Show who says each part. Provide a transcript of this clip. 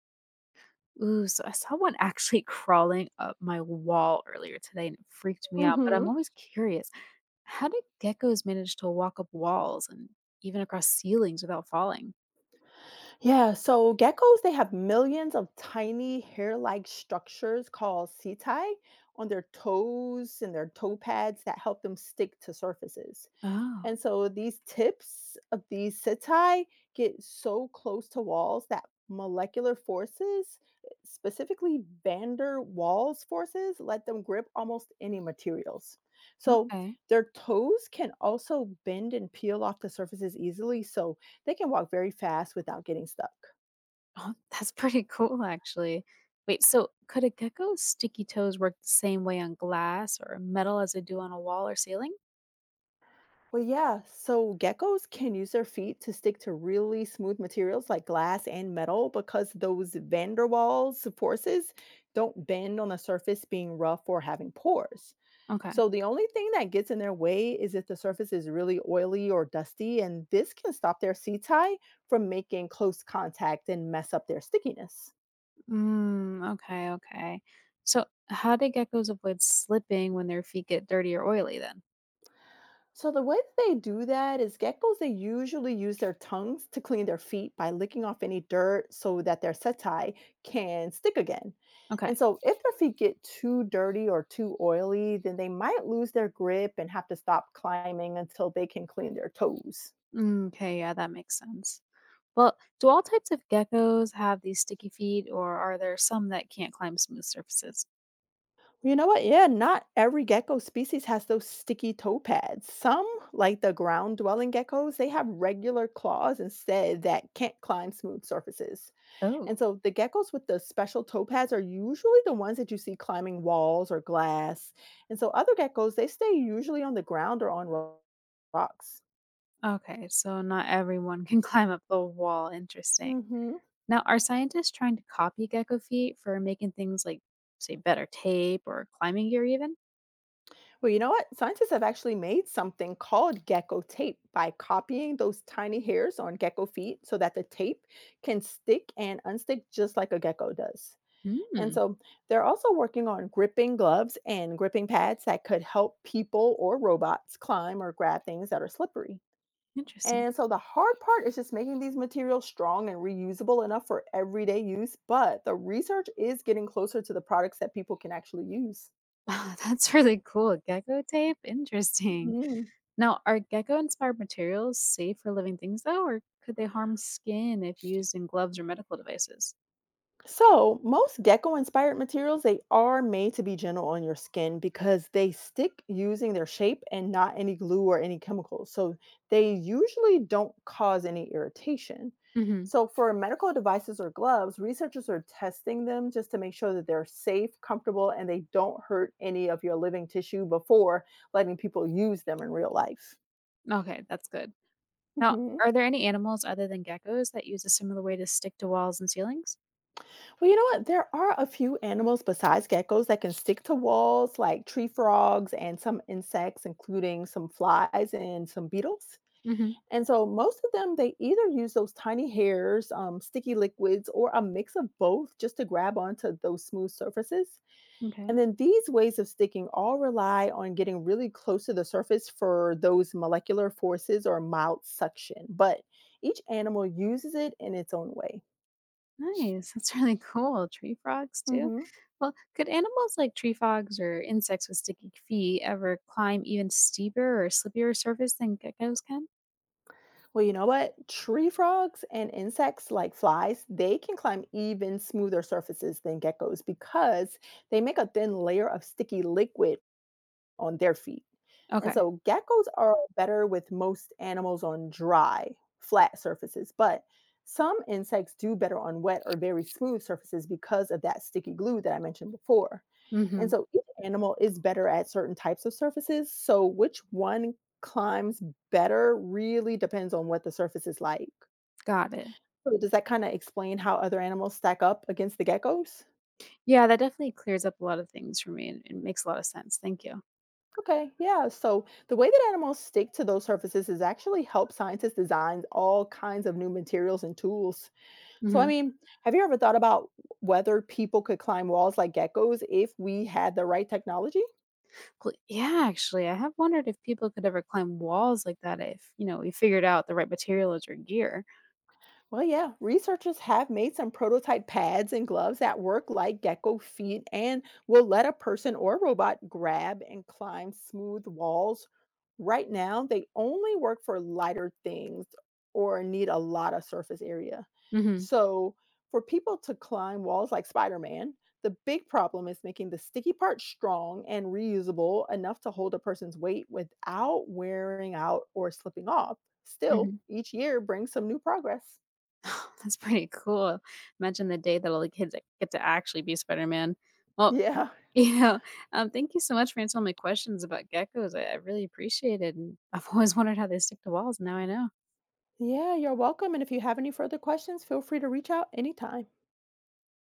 Speaker 1: Ooh, so I saw one actually crawling up my wall earlier today and it freaked me out, but
Speaker 2: Hmm.
Speaker 1: I'm always curious. How do geckos manage to walk up walls and even across ceilings without falling?
Speaker 2: Yeah, so geckos, they have millions of tiny hair-like structures called setae on their toes and their toe pads that help them stick to surfaces.
Speaker 1: Oh,
Speaker 2: And so these tips of these setae get so close to walls that molecular forces, specifically van der Waals forces, let them grip almost any materials. So
Speaker 1: okay.
Speaker 2: their toes can also bend and peel off the surfaces easily, so they can walk very fast without getting stuck.
Speaker 1: Oh, that's pretty cool actually. Wait, so could a gecko's sticky toes work the same way on glass or metal as they do on a wall or ceiling?
Speaker 2: Well, yeah. So geckos can use their feet to stick to really smooth materials like glass and metal because those van der Waals forces don't bend on the surface being rough or having pores.
Speaker 1: Okay.
Speaker 2: So the only thing that gets in their way is if the surface is really oily or dusty, and this can stop their sea tie from making close contact and mess up their stickiness.
Speaker 1: Mm, okay, okay. So how do geckos avoid slipping when their feet get dirty or oily then?
Speaker 2: So the way that they do that is geckos they usually use their tongues to clean their feet by licking off any dirt so that their setae can stick again.
Speaker 1: Okay.
Speaker 2: And so if their feet get too dirty or too oily, then they might lose their grip and have to stop climbing until they can clean their toes.
Speaker 1: Mm, okay, yeah, that makes sense. Well, do all types of geckos have these sticky feet, or are there some that can't climb smooth surfaces?
Speaker 2: You know what? Yeah, not every gecko species has those sticky toe pads. Some, like the ground dwelling geckos, they have regular claws instead that can't climb smooth surfaces.
Speaker 1: Oh,
Speaker 2: And so the geckos with the special toe pads are usually the ones that you see climbing walls or glass. And so other geckos, they stay usually on the ground or on rocks.
Speaker 1: okay, so not everyone can climb up the wall. Interesting.
Speaker 2: Hmm.
Speaker 1: Now, are scientists trying to copy gecko feet for making things like, say, better tape or climbing gear, even?
Speaker 2: Well, you know what? Scientists have actually made something called gecko tape by copying those tiny hairs on gecko feet so that the tape can stick and unstick just like a gecko does. And
Speaker 1: Hmm,
Speaker 2: so they're also working on gripping gloves and gripping pads that could help people or robots climb or grab things that are slippery.
Speaker 1: interesting.
Speaker 2: And so the hard part is just making these materials strong and reusable enough for everyday use, but the research is getting closer to the products that people can actually use.
Speaker 1: Wow, that's really cool. Gecko tape? Interesting.
Speaker 2: Mhm.
Speaker 1: Now, are gecko inspired materials safe for living things, though, or could they harm skin if used in gloves or medical devices?
Speaker 2: So, most gecko inspired materials they are made to be gentle on your skin because they stick using their shape and not any glue or any chemicals. So, they usually don't cause any irritation.
Speaker 1: Mhm.
Speaker 2: So, for medical devices or gloves, researchers are testing them just to make sure that they're safe, comfortable, and they don't hurt any of your living tissue before letting people use them in real life.
Speaker 1: Okay, that's good. Now,
Speaker 2: Mhm.
Speaker 1: are there any animals other than geckos that use a similar way to stick to walls and ceilings?
Speaker 2: Well, you know what? There are a few animals besides geckos that can stick to walls, like tree frogs and some insects, including some flies and some beetles.
Speaker 1: Hmm.
Speaker 2: And so, most of them, they either use those tiny hairs, sticky liquids, or a mix of both just to grab onto those smooth surfaces.
Speaker 1: Okay.
Speaker 2: And then these ways of sticking all rely on getting really close to the surface for those molecular forces or mild suction. But each animal uses it in its own way.
Speaker 1: Nice. That's really cool. Tree frogs too.
Speaker 2: Hmm.
Speaker 1: Well, could animals like tree frogs or insects with sticky feet ever climb even steeper or slippier surface than geckos can?
Speaker 2: Well, you know what? Tree frogs and insects like flies, they can climb even smoother surfaces than geckos because they make a thin layer of sticky liquid on their feet. And
Speaker 1: Okay.
Speaker 2: so geckos are better with most animals on dry, flat surfaces, but some insects do better on wet or very smooth surfaces because of that sticky glue that I mentioned before. And
Speaker 1: Hmm.
Speaker 2: so each animal is better at certain types of surfaces. So which one climbs better really depends on what the surface is like.
Speaker 1: Got it.
Speaker 2: So does that kind of explain how other animals stack up against the geckos?
Speaker 1: Yeah, that definitely clears up a lot of things for me and makes a lot of sense. Thank you.
Speaker 2: Okay, yeah. So the way that animals stick to those surfaces is actually help scientists design all kinds of new materials and tools. So I
Speaker 1: Hmm.
Speaker 2: mean, have you ever thought about whether people could climb walls like geckos if we had the right technology?
Speaker 1: Yeah, actually, I have wondered if people could ever climb walls like that if, you know, we figured out the right materials or gear.
Speaker 2: Well, yeah, researchers have made some prototype pads and gloves that work like gecko feet and will let a person or robot grab and climb smooth walls. Right now, they only work for lighter things or need a lot of surface area.
Speaker 1: Hmm.
Speaker 2: So, for people to climb walls like Spider Man, the big problem is making the sticky part strong and reusable enough to hold a person's weight without wearing out or slipping off. Still,
Speaker 1: Hmm.
Speaker 2: each year brings some new progress.
Speaker 1: That's pretty cool. Imagine the day that all the kids get to actually be Spider Man. Well,
Speaker 2: Yeah.
Speaker 1: you know, thank you so much for answering all my questions about geckos. I really appreciate it. And I've always wondered how they stick to walls. Now I know.
Speaker 2: Yeah, you're welcome. And if you have any further questions, feel free to reach out anytime.